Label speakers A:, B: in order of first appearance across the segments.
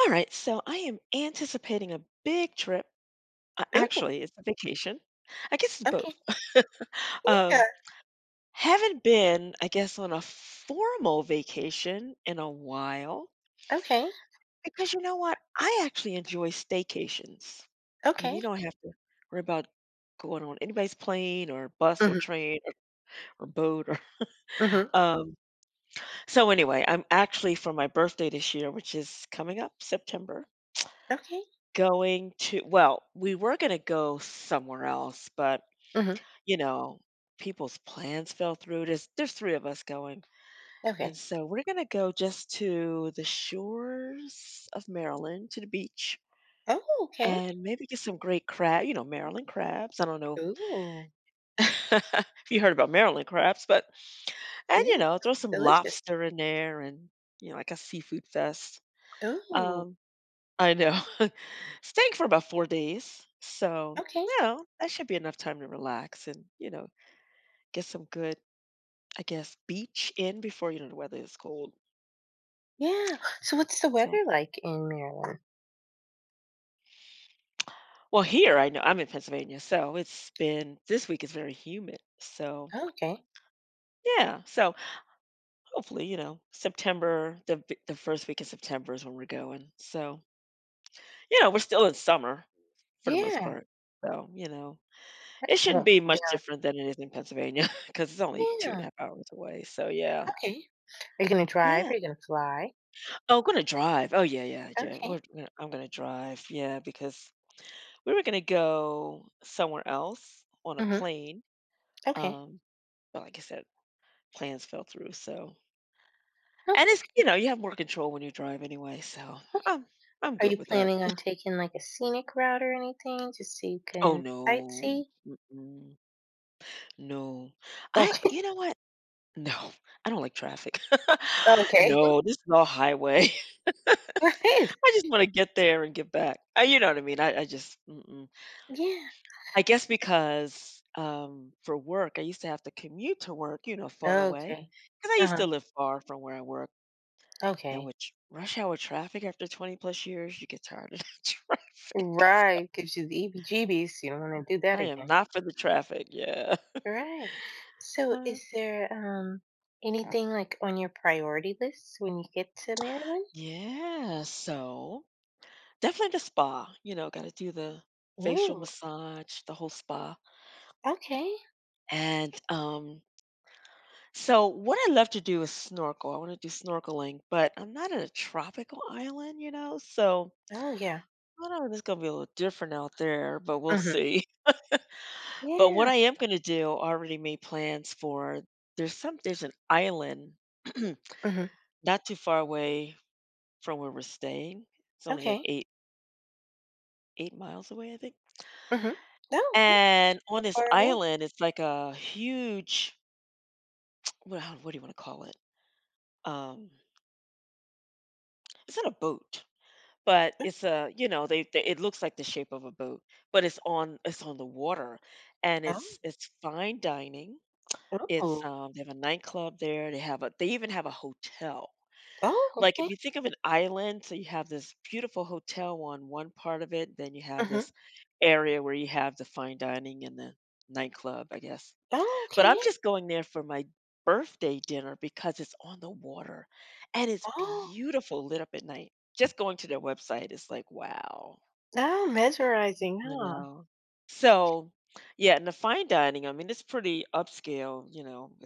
A: All right, so I am anticipating a big trip.
B: Ooh,
A: Actually, it's a vacation. I guess it's
B: okay.
A: both.
B: Yeah,
A: Um, haven't been, I guess, on a formal vacation in a while
B: okay,
A: because you know what? I actually enjoy staycations when
B: okay.
A: you don't have to worry about going on anybody's plane or bus or
B: Mhm,
A: train or boat or
B: mhm.
A: um so anyway, I'm actually, for my birthday this year, which is coming up september
B: Okay,
A: going to, well, we were gonna go somewhere else, but,
B: mhm,
A: you know, people's plans fell through. There's 3 of us going, and
B: okay.
A: so we're gonna go just to the shores of Maryland, to the beach,
B: Oh, okay.
A: and maybe get some great crab, you know, Maryland crabs. I don't know
B: Ooh,
A: if you heard about Maryland crabs, but and, you
B: yeah,
A: know, throw some
B: delicious.
A: lobster in there, and, you know, like a seafood fest.
B: Ooh,
A: Um I know. Staying for about 4 days, so,
B: okay,
A: you know, that should be enough time to relax and, you know, get some good, I guess, beach in before, you know, the weather is cold.
B: yeah. So what's the
A: So,
B: weather like in Maryland?
A: well, here, I know I'm in Pennsylvania, so it's been this week is very humid, so
B: Oh, okay.
A: yeah, so hopefully, you know, September, the 1st week of September is when we're going, so, you know, we're still in summer for the most
B: Yeah,
A: part, so, you know,
B: that
A: it shouldn't
B: will
A: be
B: cool
A: much
B: down.
A: different than it is in Pennsylvania because it's only two and a
B: Yeah,
A: half hours away, so yeah.
B: okay. Are you gonna drive?
A: Yeah.
B: Are you gonna fly?
A: Oh, we're gonna drive. Oh, yeah, yeah, yeah.
B: Okay.
A: I'm gonna drive. Yeah, because we were gonna go somewhere else on a
B: Mhm,
A: plane.
B: okay.
A: Um, but like I said, plans fell through. So,
B: Okay,
A: and it's, you know, you have more control when you drive anyway. So
B: okay.
A: I'm I'm
B: Are
A: good
B: you
A: with that.
B: planning on taking, like, a scenic route or anything just so you
A: Oh
B: can
A: no.
B: sightsee?
A: Mm-mm. No. I
B: Okay,
A: You know what? No, I don't like traffic.
B: okay.
A: No, this is all highway.
B: Right.
A: I just want to get there and get back. You know what I mean? I just. Mm-mm.
B: Yeah.
A: I guess because, for work, I used to have to commute to work, you know, far away.
B: Okay.
A: Because I used
B: Uh-huh.
A: to live far from where I work, and
B: Okay.
A: with tr rush hour traffic after 20 plus years, you get tired of that traffic.
B: Right. Gives you the heebie-jeebies. You don't want to do that
A: I am
B: again.
A: not for the traffic, yeah.
B: Right. So
A: Uh,
B: is there anything like on your priority list when you get to Maryland?
A: yeah, so definitely the spa, you know, gotta do the facial
B: Ooh.
A: massage, the whole spa,
B: Okay.
A: and, so what I love to do is snorkel, I wanna do snorkeling, but I'm not in a tropical island, you know, so
B: Oh, yeah.
A: I know it's gonna be a little different out there, but we'll
B: Mm-hmm.
A: see. But what
B: Yeah.
A: I am gonna do, I already made plans for, there's an island
B: Mm-hmm.
A: not too far away from where we're staying. It's only like
B: Okay.
A: eight miles away, I think.
B: Mm-hmm. Oh, okay.
A: And on
B: Not
A: this
B: far at all.
A: island, it's like a huge, what do you want to call it? Um, it's not a boat, but it's a, you know, they it looks like the shape of a boat, but it's on the water, and it's
B: Oh.
A: it's fine dining. It's,
B: Oh.
A: they have a nightclub there, they even have a hotel.
B: Oh,
A: Like,
B: okay.
A: if you think of an island, so you have this beautiful hotel on one part of it, then you have
B: Mm-hmm.
A: this area where you have the fine dining and the nightclub, I guess.
B: Oh,
A: But
B: okay.
A: I'm just going there for my birthday dinner because it's on the water, and it's
B: Oh.
A: beautiful lit up at night. Just going to their website is like, wow.
B: Oh, mesmerizing,
A: I
B: huh?
A: know. So, yeah, and the fine dining, I mean, it's pretty upscale, you know,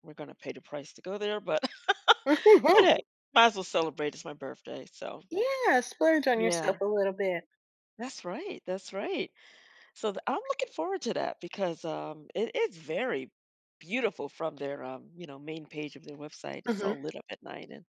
A: we're gonna pay the price to go there, but but
B: Mm-hmm.
A: hey, might as well celebrate. It's my birthday, so
B: Yeah, splurge on
A: yeah,
B: yourself a little bit.
A: that's right, that's right. So th I'm looking forward to that because, it's very beautiful from their, you know, main page of their website. It's all lit up at night, and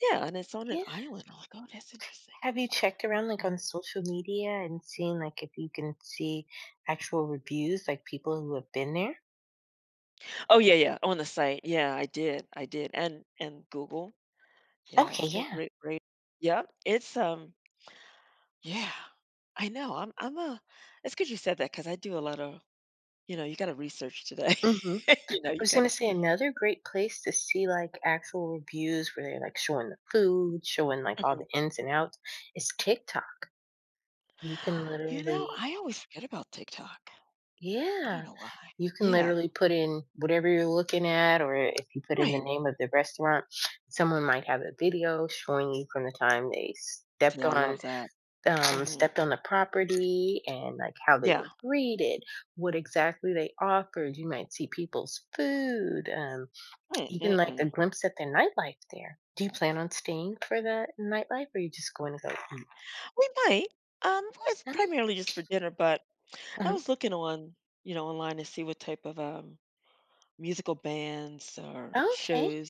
A: yeah, and it's on an
B: Yeah.
A: island. I'm like, oh, that's interesting.
B: Have you checked around like on
A: Um,
B: social media and seen like if you can see actual reviews, like people who have been there?
A: Oh yeah, yeah, on the site. Yeah, I did, and Google. Yeah,
B: Okay,
A: it's got
B: yeah.
A: great, great. Yep, it's, yeah, I know. I'm a. It's good you said that because I do a lot of, you know, you gotta research today.
B: Hmm. I
A: You know, you
B: was gonna
A: gotta.
B: say another great place to see like actual reviews where they're like showing the food, showing like all
A: Mhm.
B: the ins and outs is TikTok. You can
A: You know,
B: literally,
A: I always forget about TikTok. I don't
B: yeah,
A: know why.
B: you can
A: Yeah,
B: literally put in whatever you're looking at, or if you put in the
A: right.
B: name of the restaurant, someone might have a video showing you from the time they stepped
A: Yeah, I
B: on
A: love that. Mhm.
B: stepped on the property and like how they
A: Yeah.
B: were greeted, what exactly they offered. You might see people's food,
A: Mm,
B: even like a
A: mm-mm.
B: glimpse at their nightlife there. Do you plan on staying for the nightlife, or are you just going to go eat?
A: We might. Well, it's primarily just for dinner, but
B: Oh,
A: I
B: mhm.
A: was looking on, you know, online to see what type of, musical bands or
B: Oh, okay.
A: shows.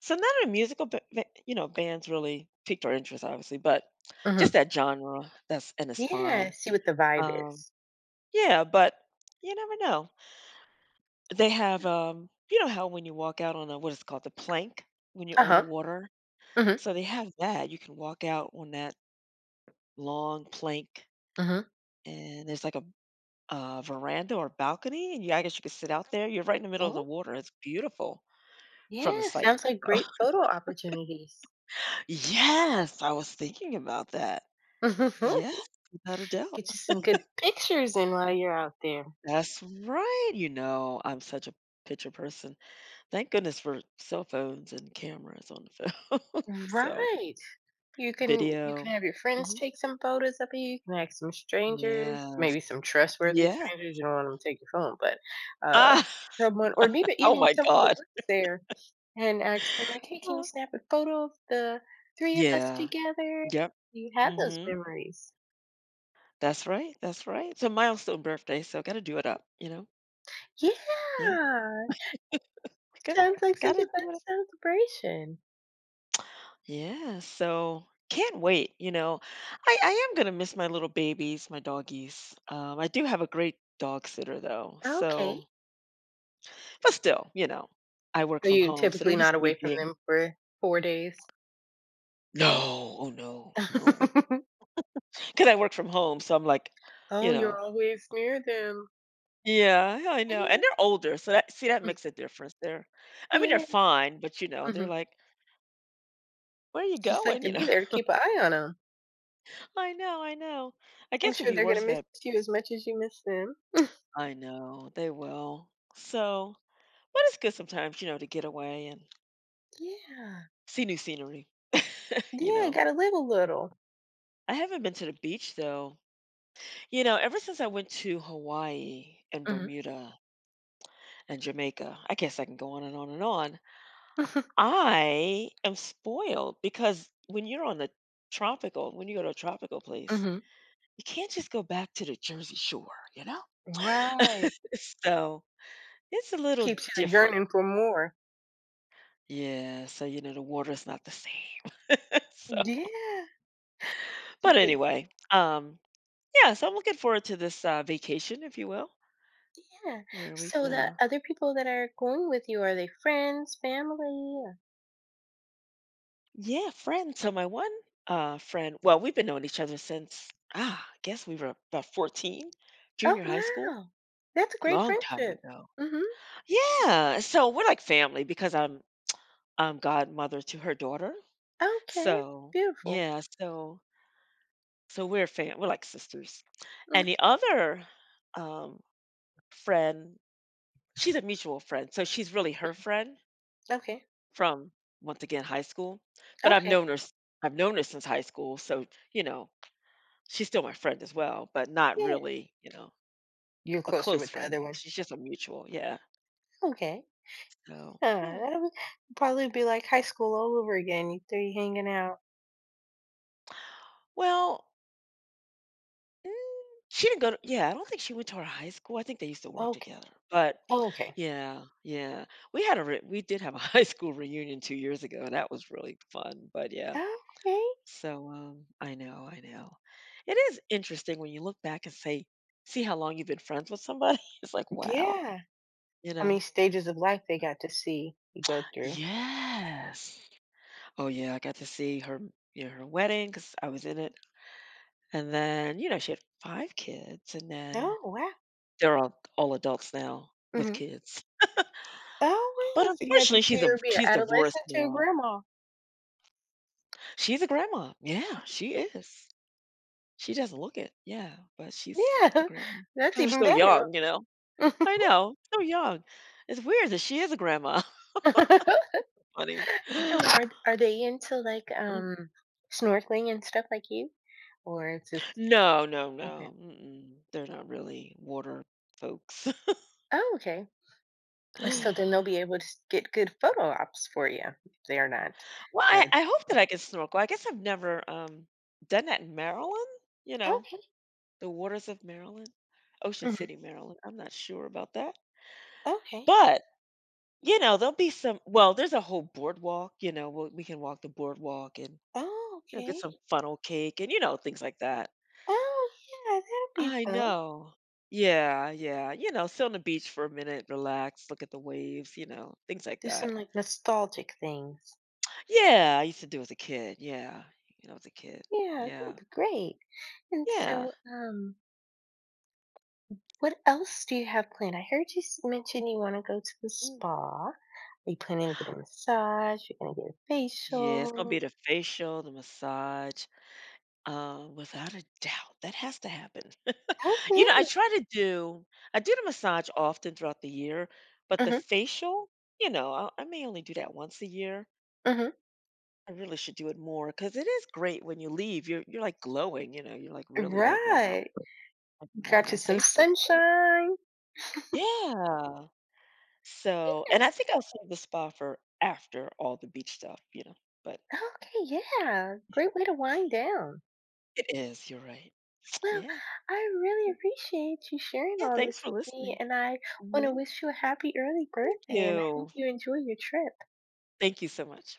A: So none of the musical bands really piqued our interest, obviously, but
B: Hmm.
A: just that genre, that's, and it's
B: Yeah,
A: fine.
B: see what the vibe
A: Um,
B: is.
A: yeah, but you never know. They have, you know how when you walk out on a, what is it called, the plank, when you're
B: Uh
A: on the
B: huh.
A: water.
B: Mm-hmm.
A: So they have that. You can walk out on that long plank,
B: Mm-hmm.
A: and there's like a, uh, veranda or balcony, and you, I guess you could sit out there. You're right in the middle of the
B: Oh,
A: water. It's beautiful from the
B: yeah.
A: site.
B: Sounds like great photo opportunities.
A: Yes, I was thinking about that.
B: Get
A: Yes,
B: you
A: without a doubt.
B: some good pictures in while you're out there.
A: That's right. You know, I'm such a picture person. Thank goodness for cell phones and cameras on the phone. So.
B: Right. You can
A: Video.
B: have your friends
A: Mhm.
B: take some photos of it, you can ask some strangers,
A: Yeah.
B: maybe some trustworthy
A: Yeah.
B: strangers, you don't want 'em to take your phone, but, uh,
A: Ah!
B: someone or maybe
A: Oh
B: even
A: my
B: someone that
A: god.
B: works there and ask them like, "Hey, can you
A: Oh.
B: snap a photo of the 3 of us
A: Yeah.
B: together?"
A: Yep.
B: Do you have those
A: Mhm.
B: memories?
A: That's right, that's right. It's a milestone birthday, so gotta do it up, you know?
B: Yeah!
A: Yeah. Good.
B: Sounds like such a
A: Gotta
B: fun
A: do it up.
B: celebration.
A: Yeah, so can't wait, you know? I am gonna miss my little babies, my doggies. I do have a great dog sitter though,
B: Okay.
A: so but still, you know, I work
B: Are
A: from
B: you
A: home, so they're
B: typically
A: used
B: not
A: to me
B: away from
A: being.
B: them for 4 days?
A: No, oh no, no. 'Cause I work from home, so I'm like,
B: Oh,
A: you
B: you're
A: know.
B: always near them.
A: Yeah, yeah, I know, and
B: Yeah.
A: they're older, so that see, that
B: Mm.
A: makes a difference there. I mean, they're
B: Yeah.
A: fine, but, you know, they're
B: Mhm.
A: like, "Where are you
B: Just like
A: going?"
B: to
A: You
B: be
A: know?
B: there to keep an eye on them. 'Em.
A: I know, I know. I
B: I'm
A: guess it'd
B: sure
A: be
B: they're gonna
A: worse if
B: miss
A: I.
B: you as much as you miss them.
A: I know, they will. So but it's good sometimes, you know, to get away and
B: Yeah.
A: see new scenery, you
B: Yeah, you
A: know?
B: gotta live a little.
A: I haven't been to the beach, though. You know, ever since I went to Hawaii and
B: Mhm.
A: Bermuda and Jamaica, I guess I can go on and on and on,
B: Mhm.
A: I am spoiled because when you're on the tropical when you go to a tropical place, you can't just go back to the Jersey Shore, you know?
B: Right.
A: So, it's a little
B: Keeps you
A: different.
B: yearning for more.
A: Yeah, so, you know, the water's not the same. So
B: Yeah. It's a
A: but
B: big.
A: anyway, yeah, so I'm looking forward to this, vacation, if you will,
B: Yeah.
A: where we
B: So
A: can,
B: the
A: uh,
B: other people that are going with you, are they friends, family, or?
A: yeah, friends. So my one, friend, well, we've been knowing each other since, ah, I guess we were about 14,
B: Oh,
A: junior high school.
B: wow. That's a great
A: Long time
B: friendship.
A: ago.
B: Mhm.
A: Yeah, so we're like family because I'm godmother to her daughter.
B: Okay.
A: So,
B: Beautiful.
A: yeah, so we're like sisters.
B: Mm.
A: And the other, um, friend, she's a mutual friend. So she's really her friend
B: Okay.
A: from, once again, high school, but
B: Okay.
A: I've known her since high school, so you know, she's still my friend as well, but not
B: Yeah.
A: really, you know,
B: You're
A: a
B: closer
A: close
B: with the
A: friend.
B: other one.
A: She's just a mutual. Yeah.
B: Okay.
A: So,
B: Huh,
A: yeah.
B: that would probably be like high school all over again, you three hanging out.
A: Well, mm, she didn't go to, yeah, I don't think she went to our high school. I think they used to work
B: Okay.
A: together. But
B: Oh, okay.
A: yeah, yeah. We did have a high school reunion 2 years ago and that was really fun. But yeah.
B: Okay.
A: So, um, I know, I know. It is interesting when you look back and say see how long you've been friends with somebody. It's like, wow,
B: Yeah.
A: you
B: How many
A: know.
B: stages of life they got to see you go through.
A: Yes. Oh yeah, I got to see her, you know, her wedding cuz I was in it. And then, you know, she had five kids and then
B: Oh, wow.
A: they're all adults now with
B: Mhm.
A: kids.
B: Oh,
A: But
B: wow, so you got to
A: unfortunately,
B: see her be an
A: she's divorced
B: adolescent to a
A: now.
B: grandma.
A: She's a grandma. Yeah, she is. She doesn't look it. Yeah, but she's a
B: Yeah,
A: grandma. Because
B: that's
A: 'cause
B: even
A: we're so
B: better.
A: young, you know? I know, so young. It's weird that she is a grandma. Funny.
B: So are they into, like,
A: Mm.
B: snorkeling and stuff like you? Or it's just.
A: No, no,
B: Okay.
A: no. Mm-mm. They're not really water folks.
B: Oh, okay. So then they'll be able to get good photo ops for you if they're not.
A: Well, I
B: Uh,
A: I hope that I can snorkel. I guess I've never, done that in Maryland, you know?
B: Okay.
A: The waters of Maryland? Ocean
B: Mhm,
A: City, Maryland. I'm not sure about that.
B: okay.
A: But, you know, there'll be some, well, there's a whole boardwalk, you know, we can walk the boardwalk and,
B: Oh,
A: you know, get
B: okay.
A: some funnel cake and, you know, things like that.
B: Oh, yeah, that'd be
A: I
B: fun.
A: know. Yeah, yeah. You know, sit on the beach for a minute, relax, look at the waves, you know, things like
B: Do
A: that.
B: some like nostalgic things.
A: Yeah, I used to do as a kid. Yeah. You know, as a kid.
B: Yeah, that'd
A: Yeah.
B: be great. And
A: Yeah.
B: so, what else do you have planned? I heard you mention you want to go to the
A: Mm.
B: spa. Are you planning to get a massage? You're gonna get a
A: Yeah, it's gonna be
B: facial.
A: the facial, the massage. Without a doubt, that has to happen. You know, I
B: Okay.
A: try to do. I do the massage often throughout the year, but the
B: Mm-hmm,
A: facial, you know, I may only do that once a year.
B: mm-hmm.
A: I really should do it more because it is great when you leave. You're like glowing, you know. You're like really
B: Right.
A: like wow,
B: Got you
A: my
B: some
A: face looks great.
B: sunshine.
A: Yeah. So, and I think I'll save the spa for after all the beach stuff, you know. But
B: Okay, yeah. Great way to wind down.
A: it is. You're right.
B: Well,
A: Yeah.
B: I really appreciate you sharing
A: Yeah.
B: all
A: Thanks
B: this
A: for
B: with me,
A: listening.
B: and I want to
A: Yeah.
B: wish you a happy early
A: Thank
B: birthday, and I
A: you.
B: hope you enjoy your trip.
A: Thank you so much.